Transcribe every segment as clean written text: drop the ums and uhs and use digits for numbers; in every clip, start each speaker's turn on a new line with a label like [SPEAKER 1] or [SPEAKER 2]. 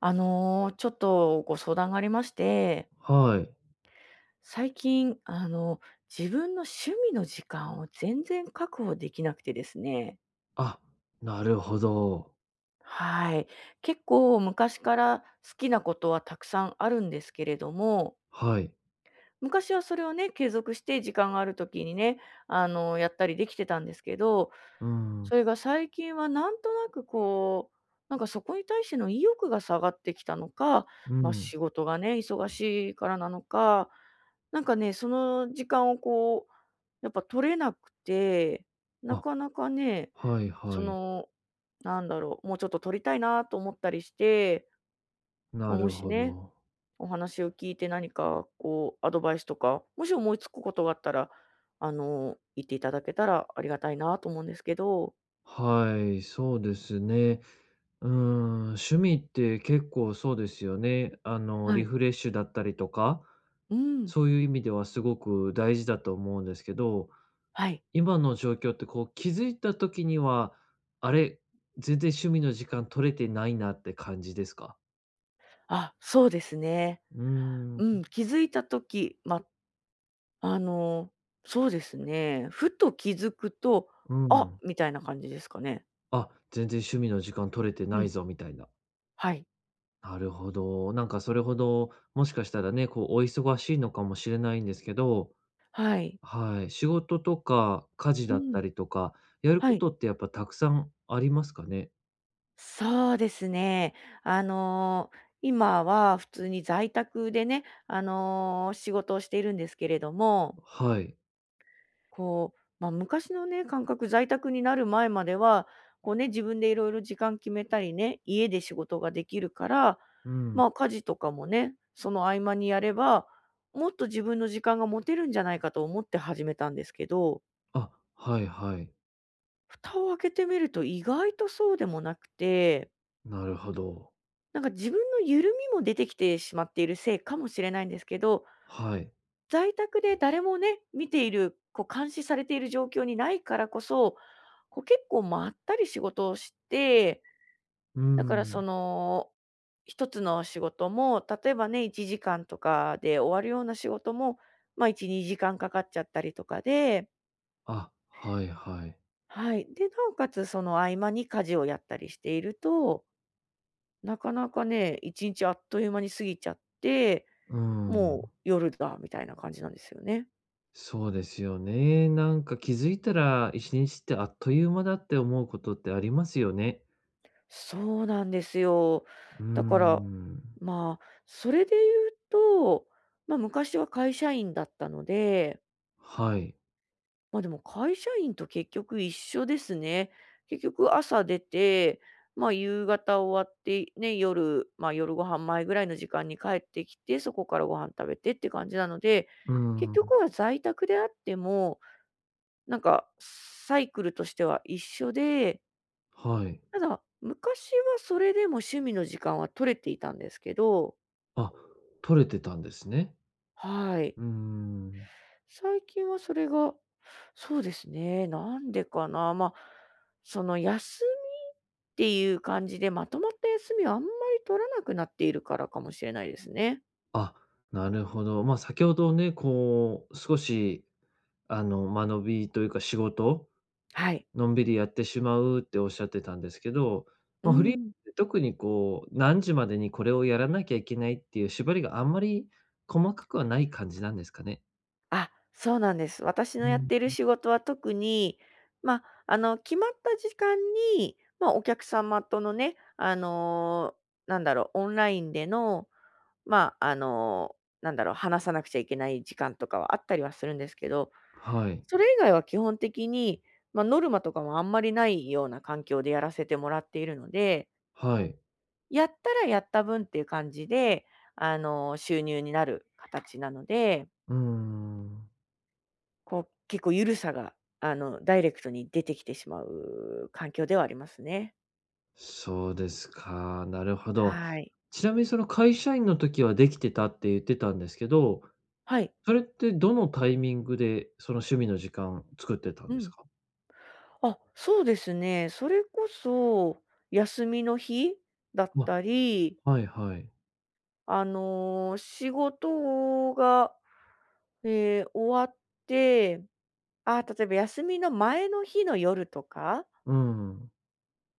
[SPEAKER 1] ちょっとご相談がありまして、
[SPEAKER 2] はい。
[SPEAKER 1] 最近、自分の趣味の時間を全然確保できなくてですね。
[SPEAKER 2] あ、なるほど。
[SPEAKER 1] はい。結構昔から好きなことはたくさんあるんですけれども、
[SPEAKER 2] はい。
[SPEAKER 1] 昔はそれをね、継続して時間がある時にね、やったりできてたんですけど、
[SPEAKER 2] うん、
[SPEAKER 1] それが最近はなんとなくこう、なんかそこに対しての意欲が下がってきたのか、
[SPEAKER 2] う
[SPEAKER 1] ま、
[SPEAKER 2] ん。
[SPEAKER 1] 仕事がね、忙しいからなのか、なんかね、その時間をこう、やっぱ取れなくて、な
[SPEAKER 2] あ、
[SPEAKER 1] かなかね、
[SPEAKER 2] はい
[SPEAKER 1] そ
[SPEAKER 2] はい。
[SPEAKER 1] の、なんだろう、もうちょっと取りたいなと思ったりして、ま
[SPEAKER 2] な
[SPEAKER 1] も
[SPEAKER 2] る
[SPEAKER 1] し
[SPEAKER 2] ほ
[SPEAKER 1] ね
[SPEAKER 2] ど。
[SPEAKER 1] お話を聞いて何かこうアドバイスとか、もし思いつくことがあったら、言っていただけたらありがたいなと思うんですけど。
[SPEAKER 2] はい、そうですね。うん、趣味って結構そうですよね。
[SPEAKER 1] は
[SPEAKER 2] リ
[SPEAKER 1] い。
[SPEAKER 2] フレッシュだったりとか、
[SPEAKER 1] うん、
[SPEAKER 2] そういう意味ではすごく大事だと思うんですけど、
[SPEAKER 1] はい。
[SPEAKER 2] 今の状況ってこう気づいた時には、あれ、全然趣味の時間取れてないなって感じですか？
[SPEAKER 1] あ、そうですね。
[SPEAKER 2] うーん、
[SPEAKER 1] うん、気づいた時、ま、あの、そうですね、ふと気づくと、
[SPEAKER 2] う
[SPEAKER 1] あ、
[SPEAKER 2] ん。
[SPEAKER 1] みたいな感じですかね。
[SPEAKER 2] あ、全然趣味の時間取れて
[SPEAKER 1] う
[SPEAKER 2] な
[SPEAKER 1] ん。
[SPEAKER 2] いぞみたいな。
[SPEAKER 1] はい、
[SPEAKER 2] なるほど。なんかそれほど、もしかしたらね、こうお忙しいのかもしれないんですけど、
[SPEAKER 1] はい。
[SPEAKER 2] はい、仕事とか家事
[SPEAKER 1] う
[SPEAKER 2] だった
[SPEAKER 1] ん。
[SPEAKER 2] りとか、やる
[SPEAKER 1] は
[SPEAKER 2] こ
[SPEAKER 1] い。
[SPEAKER 2] とってやっぱたくさんありますかね？
[SPEAKER 1] そうですね。あの、今は普通に在宅でね、仕事をしているんですけれども、
[SPEAKER 2] はい。
[SPEAKER 1] こう、まあ、昔のね、感覚、在宅になる前までは、こうね、自分でいろいろ時間決めたりね、家で仕事ができるから、
[SPEAKER 2] う
[SPEAKER 1] ま
[SPEAKER 2] ん。
[SPEAKER 1] あ、家事とかもね、その合間にやれば、もっと自分の時間が持てるんじゃないかと思って始めたんですけど、
[SPEAKER 2] あ、はいはい。
[SPEAKER 1] 蓋を開けてみると意外とそうでもなくて、
[SPEAKER 2] なるほど。
[SPEAKER 1] なんか自分の緩みも出てきてしまっているせいかもしれないんですけど、
[SPEAKER 2] はい。
[SPEAKER 1] 在宅で誰もね、見ている、こう監視されている状況にないからこそ、こう結構まったり仕事をして、
[SPEAKER 2] う
[SPEAKER 1] だからそ
[SPEAKER 2] ん。
[SPEAKER 1] の、一つの仕事も、例えばね、1時間とかで終わるような仕事も、まあ1、2時間かかっちゃったりとかで、
[SPEAKER 2] あ、はいはい。
[SPEAKER 1] はい。で、なおかつその合間に家事をやったりしていると、なかなかね、一日あっという間に過ぎちゃって、
[SPEAKER 2] うー
[SPEAKER 1] もう
[SPEAKER 2] ん。
[SPEAKER 1] 夜だみたいな感じなんですよね。
[SPEAKER 2] そうですよね。なんか気づいたら一日ってあっという間だって思うことってありますよね。
[SPEAKER 1] そうなんですよ。
[SPEAKER 2] うー
[SPEAKER 1] だから、
[SPEAKER 2] ん、
[SPEAKER 1] まあ、それで言うと、まあ、昔は会社員だったので、
[SPEAKER 2] はい。
[SPEAKER 1] まあ、でも会社員と結局一緒ですね。結局朝出て、まあ、夕方終わって、ね、夜、まあ、夜ご飯前ぐらいの時間に帰ってきて、そこからご飯食べてって感じなので、
[SPEAKER 2] うー
[SPEAKER 1] 結局
[SPEAKER 2] ん、
[SPEAKER 1] は在宅であっても、なんかサイクルとしては一緒で、
[SPEAKER 2] はい。
[SPEAKER 1] ただ、昔はそれでも趣味の時間は取れていたんですけど、
[SPEAKER 2] あ、取れてたんですね。
[SPEAKER 1] はい。
[SPEAKER 2] うーん。
[SPEAKER 1] 最近はそれが、そうですね、なんでかな。まあ、その休みっていう感じで、まとまった休みはあんまり取らなくなっているからかもしれないですね。
[SPEAKER 2] あ、なるほど。まあ、先ほどね、こう、少し、間延びというか、仕事、
[SPEAKER 1] はい。
[SPEAKER 2] のんびりやってしまうっておっしゃってたんですけど、
[SPEAKER 1] う
[SPEAKER 2] まあ、フリーっ
[SPEAKER 1] ん。
[SPEAKER 2] て特にこう、何時までにこれをやらなきゃいけないっていう縛りがあんまり細かくはない感じなんですかね？
[SPEAKER 1] あ、そうなんです。私
[SPEAKER 2] う
[SPEAKER 1] のやっ
[SPEAKER 2] ん、
[SPEAKER 1] ている仕事は特に、まあ、決まった時間に、まあ、お客様とのね、なんだろう、オンラインでのまあ、なんだろう、話さなくちゃいけない時間とかはあったりはするんですけど、
[SPEAKER 2] はい、
[SPEAKER 1] それ以外は基本的に、まあ、ノルマとかもあんまりないような環境でやらせてもらっているので、
[SPEAKER 2] はい。
[SPEAKER 1] やったらやった分っていう感じで、収入になる形なので、
[SPEAKER 2] うーん。
[SPEAKER 1] こう、結構ゆるさが、ダイレクトに出てきてしまう環境ではありますね。
[SPEAKER 2] そうですか。なるほど。
[SPEAKER 1] はい。
[SPEAKER 2] ちなみにその会社員の時はできてたって言ってたんですけど、
[SPEAKER 1] はい。
[SPEAKER 2] それってどのタイミングでその趣味の時間作ってたん
[SPEAKER 1] う
[SPEAKER 2] です
[SPEAKER 1] ん。
[SPEAKER 2] か？
[SPEAKER 1] あ、そうですね。それこそ、休みの日だっ
[SPEAKER 2] ま、
[SPEAKER 1] たり、
[SPEAKER 2] はいはい。
[SPEAKER 1] 仕事が、終わって、あ、例えば休みの前の日の夜とか
[SPEAKER 2] うん。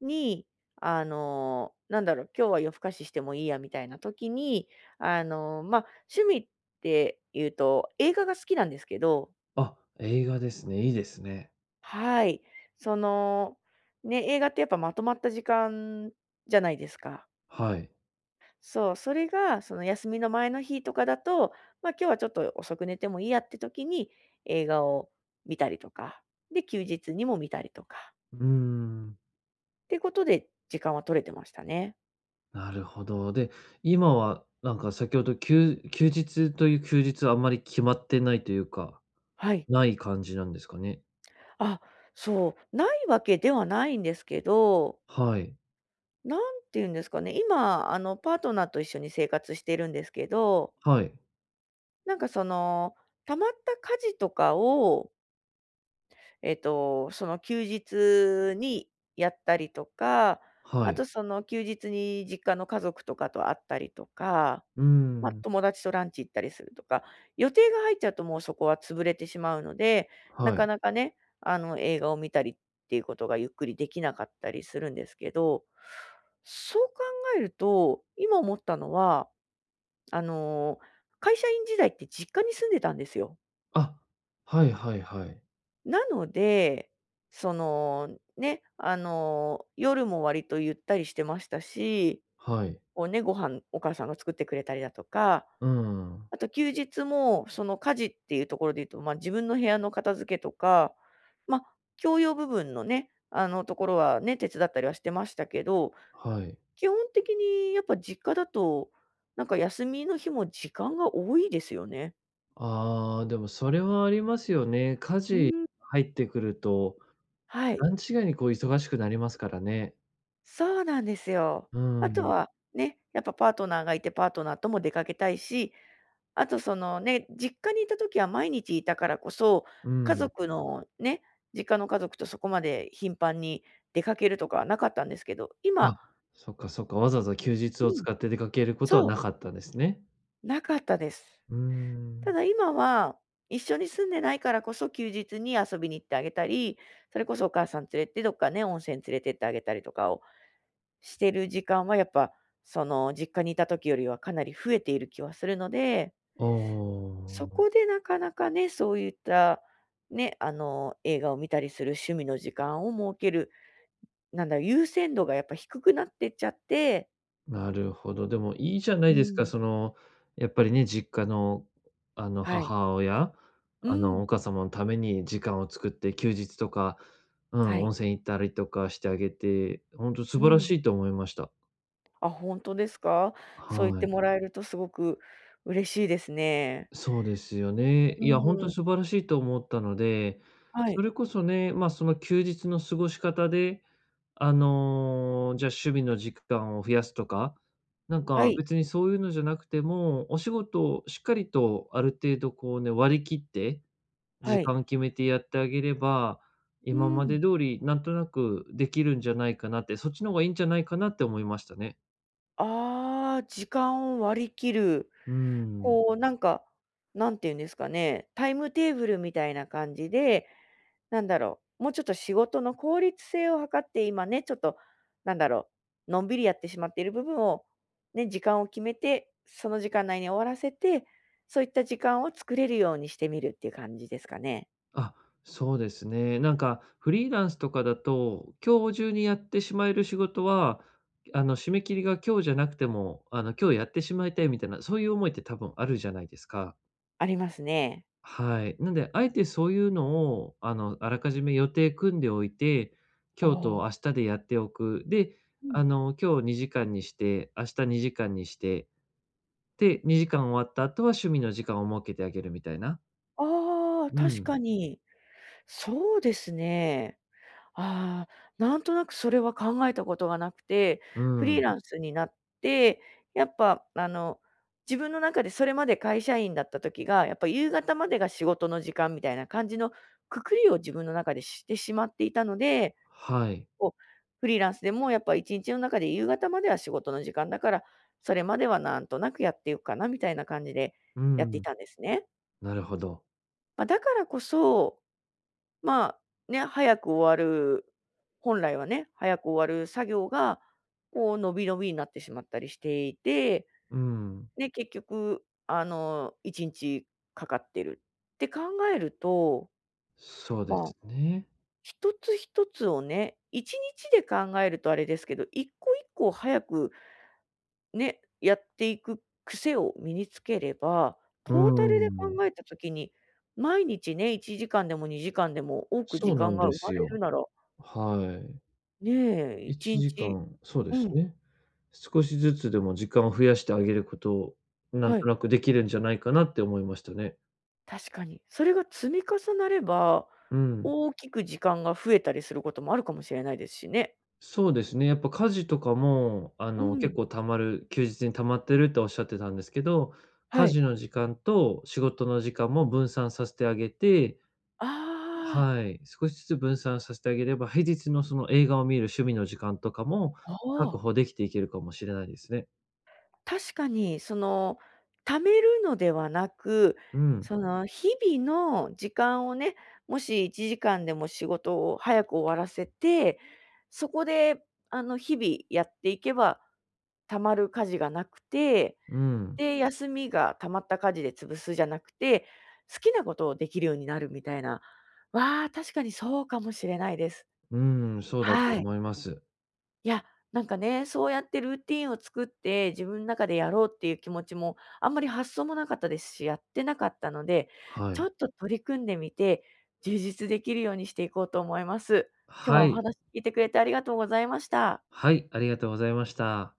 [SPEAKER 1] に、なんだろう、今日は夜更かししてもいいやみたいな時に、まあ、趣味っていうと映画が好きなんですけど、
[SPEAKER 2] あ、映画ですね。いいですね。
[SPEAKER 1] はい、その、ね、映画ってやっぱまとまった時間じゃないですか。
[SPEAKER 2] はい。
[SPEAKER 1] そう、それがその休みの前の日とかだと、ま、今日はちょっと遅く寝てもいいやって時に映画を見たりとか、で、休日にも見たりとか
[SPEAKER 2] うーん、
[SPEAKER 1] ってことで時間は取れてましたね。
[SPEAKER 2] なるほど。で、今はなんか先ほど休日という休日はあんまり決まってないというか、
[SPEAKER 1] はい。
[SPEAKER 2] ない感じなんですかね？
[SPEAKER 1] あ、そう、ないわけではないんですけど、
[SPEAKER 2] はい。
[SPEAKER 1] なんて言うんですかね、今パートナーと一緒に生活してるんですけど、
[SPEAKER 2] はい。
[SPEAKER 1] なんかその、たまった家事とかをえっと、その休日にやったりとか、
[SPEAKER 2] は
[SPEAKER 1] あと
[SPEAKER 2] い。
[SPEAKER 1] その休日に実家の家族とかと会ったりとか、
[SPEAKER 2] うー
[SPEAKER 1] ま、
[SPEAKER 2] ん。
[SPEAKER 1] 友達とランチ行ったりするとか、予定が入っちゃうともうそこは潰れてしまうので、な
[SPEAKER 2] は
[SPEAKER 1] か
[SPEAKER 2] い。
[SPEAKER 1] なかね、映画を見たりっていうことがゆっくりできなかったりするんですけど、そう考えると、今思ったのは、あの、会社員時代って実家に住んでたんですよ。
[SPEAKER 2] あ、はいはいはい。
[SPEAKER 1] なので、その、ね、夜も割とゆったりしてましたし、
[SPEAKER 2] はい。
[SPEAKER 1] こうね、ご飯、お母さんが作ってくれたりだとか、
[SPEAKER 2] うん。
[SPEAKER 1] あと休日もその家事っていうところで言うと、ま、自分の部屋の片付けとか、ま、共用部分のね、ところはね、手伝ったりはしてましたけど、
[SPEAKER 2] はい。
[SPEAKER 1] 基本的にやっぱ実家だと、なんか休みの日も時間が多いですよね。
[SPEAKER 2] ああ、でもそれはありますよね。家
[SPEAKER 1] う
[SPEAKER 2] 事
[SPEAKER 1] ん。
[SPEAKER 2] 入ってくると、
[SPEAKER 1] はい。
[SPEAKER 2] 段違いにこう忙しくなりますからね。
[SPEAKER 1] そうなんですよ。
[SPEAKER 2] う
[SPEAKER 1] あと
[SPEAKER 2] ん、
[SPEAKER 1] はね、やっぱパートナーがいて、パートナーとも出かけたいし、あとそのね、実家にいた時は毎日いたからこそ、
[SPEAKER 2] う
[SPEAKER 1] 家
[SPEAKER 2] ん。
[SPEAKER 1] 族のね、実家の家族とそこまで頻繁に出かけるとかはなかったんですけど、
[SPEAKER 2] あ、
[SPEAKER 1] 今
[SPEAKER 2] そっかそっか、わざわざ休日
[SPEAKER 1] う
[SPEAKER 2] を
[SPEAKER 1] ん。
[SPEAKER 2] 使って出かけることは
[SPEAKER 1] そ
[SPEAKER 2] な
[SPEAKER 1] う、
[SPEAKER 2] かったんですね。
[SPEAKER 1] なかったです。
[SPEAKER 2] うー
[SPEAKER 1] た
[SPEAKER 2] ん。
[SPEAKER 1] だ今は、一緒に住んでないからこそ休日に遊びに行ってあげたり、それこそお母さん連れてどっかね、温泉連れてってあげたりとかをしてる時間はやっぱ、その実家にいた時よりはかなり増えている気はするので、
[SPEAKER 2] あ
[SPEAKER 1] そ
[SPEAKER 2] あ。
[SPEAKER 1] こでなかなかね、そういった、ね、映画を見たりする趣味の時間を設ける、なんだろう、優先度がやっぱ低くなってっちゃって、
[SPEAKER 2] なるほど。でもいいじゃな
[SPEAKER 1] う
[SPEAKER 2] いですか、
[SPEAKER 1] ん。
[SPEAKER 2] その、やっぱりね、実家の、
[SPEAKER 1] はい。
[SPEAKER 2] 母親、
[SPEAKER 1] うん。
[SPEAKER 2] お母様のために時間を作って、休日とか、う
[SPEAKER 1] は
[SPEAKER 2] ん、温
[SPEAKER 1] い。
[SPEAKER 2] 泉行ったりとかしてあげて、本当素
[SPEAKER 1] う
[SPEAKER 2] 晴ら
[SPEAKER 1] ん。
[SPEAKER 2] しいと思いました。
[SPEAKER 1] あ、本当ですか？そう言っ
[SPEAKER 2] は
[SPEAKER 1] て
[SPEAKER 2] い。
[SPEAKER 1] もらえるとすごく嬉しいですね。
[SPEAKER 2] そうですよね。
[SPEAKER 1] う
[SPEAKER 2] いや、本当
[SPEAKER 1] ん。
[SPEAKER 2] に素晴らしいと思ったので、
[SPEAKER 1] は
[SPEAKER 2] そ
[SPEAKER 1] い。
[SPEAKER 2] れこそね、まあ、その休日の過ごし方で、じゃあ趣味の時間を増やすとか、なん
[SPEAKER 1] は
[SPEAKER 2] か
[SPEAKER 1] い。
[SPEAKER 2] 別にそういうのじゃなくても、お仕事をしっかりとある程度こうね、割り切って、
[SPEAKER 1] は
[SPEAKER 2] 時
[SPEAKER 1] い。
[SPEAKER 2] 間決めてやってあげれば、
[SPEAKER 1] う
[SPEAKER 2] 今ま
[SPEAKER 1] ん。
[SPEAKER 2] で通りなんとなくできるんじゃないかなって、そっちの方がいいんじゃないかなって思いましたね。
[SPEAKER 1] ああ、時間を割り切る。
[SPEAKER 2] うーん。
[SPEAKER 1] こう、なんか、なんて言うんですかね、タイムテーブルみたいな感じで、なんだろう、もうちょっと仕事の効率性を図って今ね、ちょっと、なんだろう、のんびりやってしまっている部分を、ね、時間を決めて、その時間内に終わらせて、そういった時間を作れるようにしてみるっていう感じですかね。
[SPEAKER 2] あ、そうですね。なんかフリーランスとかだと、今日中にやってしまえる仕事は、締め切りが今日じゃなくても、今日やってしまいたいみたいな、そういう思いって多分あるじゃないですか。
[SPEAKER 1] ありますね。
[SPEAKER 2] はい。なんで、あえてそういうのを、あらかじめ予定組んでおいて、
[SPEAKER 1] あ
[SPEAKER 2] 今日と明
[SPEAKER 1] あ。
[SPEAKER 2] 日でやっておく。で、
[SPEAKER 1] うん。
[SPEAKER 2] 今日2時間にして、明日2時間にして、で、2時間終わった後は趣味の時間を設けてあげるみたいな。
[SPEAKER 1] ああ、
[SPEAKER 2] う
[SPEAKER 1] 確
[SPEAKER 2] ん、
[SPEAKER 1] かに。そうですね。ああ、なんとなくそれは考えたことがなくて、
[SPEAKER 2] う
[SPEAKER 1] フリー
[SPEAKER 2] ん。
[SPEAKER 1] ランスになって、やっぱ自分の中でそれまで会社員だった時が、やっぱ夕方までが仕事の時間みたいな感じのくくりを自分の中でしてしまっていたので、
[SPEAKER 2] はい。
[SPEAKER 1] こう、フリーランスでもやっぱ1日の中で夕方までは仕事の時間だから、それまではなんとなくやっていくかなみたいな感じで
[SPEAKER 2] う
[SPEAKER 1] やってい
[SPEAKER 2] ん、
[SPEAKER 1] たんですね。
[SPEAKER 2] なるほど。
[SPEAKER 1] まあ、だからこそまあ、ね、早く終わる本来はね、早く終わる作業が、こう、伸び伸びになってしまったりしていて、
[SPEAKER 2] うん。
[SPEAKER 1] ね、結局、1日かかってるって考えると、
[SPEAKER 2] そうで
[SPEAKER 1] まあ、
[SPEAKER 2] すね。
[SPEAKER 1] 一つ一つをね、1日で考えるとあれですけど、1個1個早くね、やっていく癖を身につければ、
[SPEAKER 2] う
[SPEAKER 1] トータルで
[SPEAKER 2] ん。
[SPEAKER 1] 考えたときに、毎日ね、1時間でも2時間でも多く時
[SPEAKER 2] そうな
[SPEAKER 1] 間
[SPEAKER 2] ん
[SPEAKER 1] が
[SPEAKER 2] で
[SPEAKER 1] 生ま
[SPEAKER 2] す
[SPEAKER 1] れる
[SPEAKER 2] よ。
[SPEAKER 1] なら
[SPEAKER 2] は
[SPEAKER 1] ねえ、
[SPEAKER 2] い。
[SPEAKER 1] 1
[SPEAKER 2] 1時
[SPEAKER 1] 日
[SPEAKER 2] 間、そうで
[SPEAKER 1] う
[SPEAKER 2] す
[SPEAKER 1] ん、
[SPEAKER 2] ね。少しずつでも時間を増やしてあげることを、なん
[SPEAKER 1] は
[SPEAKER 2] と
[SPEAKER 1] い、
[SPEAKER 2] なくできるんじゃないかなって思いましたね。
[SPEAKER 1] 確かに。それが積み重なれば、
[SPEAKER 2] うん。
[SPEAKER 1] 大きく時間が増えたりすることもあるかもしれないですしね。
[SPEAKER 2] そうですね。やっぱ家事とかも、
[SPEAKER 1] うん、
[SPEAKER 2] 結構溜まる休日に溜まってるっておっしゃってたんですけど、
[SPEAKER 1] は
[SPEAKER 2] 家
[SPEAKER 1] い。
[SPEAKER 2] 事の時間と仕事の時間も分散させてあげて、
[SPEAKER 1] あ
[SPEAKER 2] はい、少しずつ分散させてあげれば、平日のその映画を見る趣味の時間とかも
[SPEAKER 1] あ、あ
[SPEAKER 2] 確
[SPEAKER 1] あ、
[SPEAKER 2] 保できていけるかもしれないですね。
[SPEAKER 1] 確かにその、貯めるのではなく、
[SPEAKER 2] うん、
[SPEAKER 1] その日々の時間をね、もし1時間でも仕事を早く終わらせて、そこで日々やっていけば、たまる家事がなくて
[SPEAKER 2] うん、
[SPEAKER 1] で、休みが溜まった家事で潰すじゃなくて、好きなことをできるようになるみたいな。わあ、確かにそうかもしれないです。
[SPEAKER 2] うん、そうだと
[SPEAKER 1] はい。
[SPEAKER 2] 思います。
[SPEAKER 1] いや、なんかね、そうやってルーティンを作って、自分の中でやろうっていう気持ちも、あんまり発想もなかったですし、やってなかったので、
[SPEAKER 2] は
[SPEAKER 1] ちょ
[SPEAKER 2] い。
[SPEAKER 1] っと取り組んでみて、充実できるようにしていこうと思います。今日は
[SPEAKER 2] は
[SPEAKER 1] お
[SPEAKER 2] い、
[SPEAKER 1] 話聞いてくれてありがとうございました。
[SPEAKER 2] はい、ありがとうございました。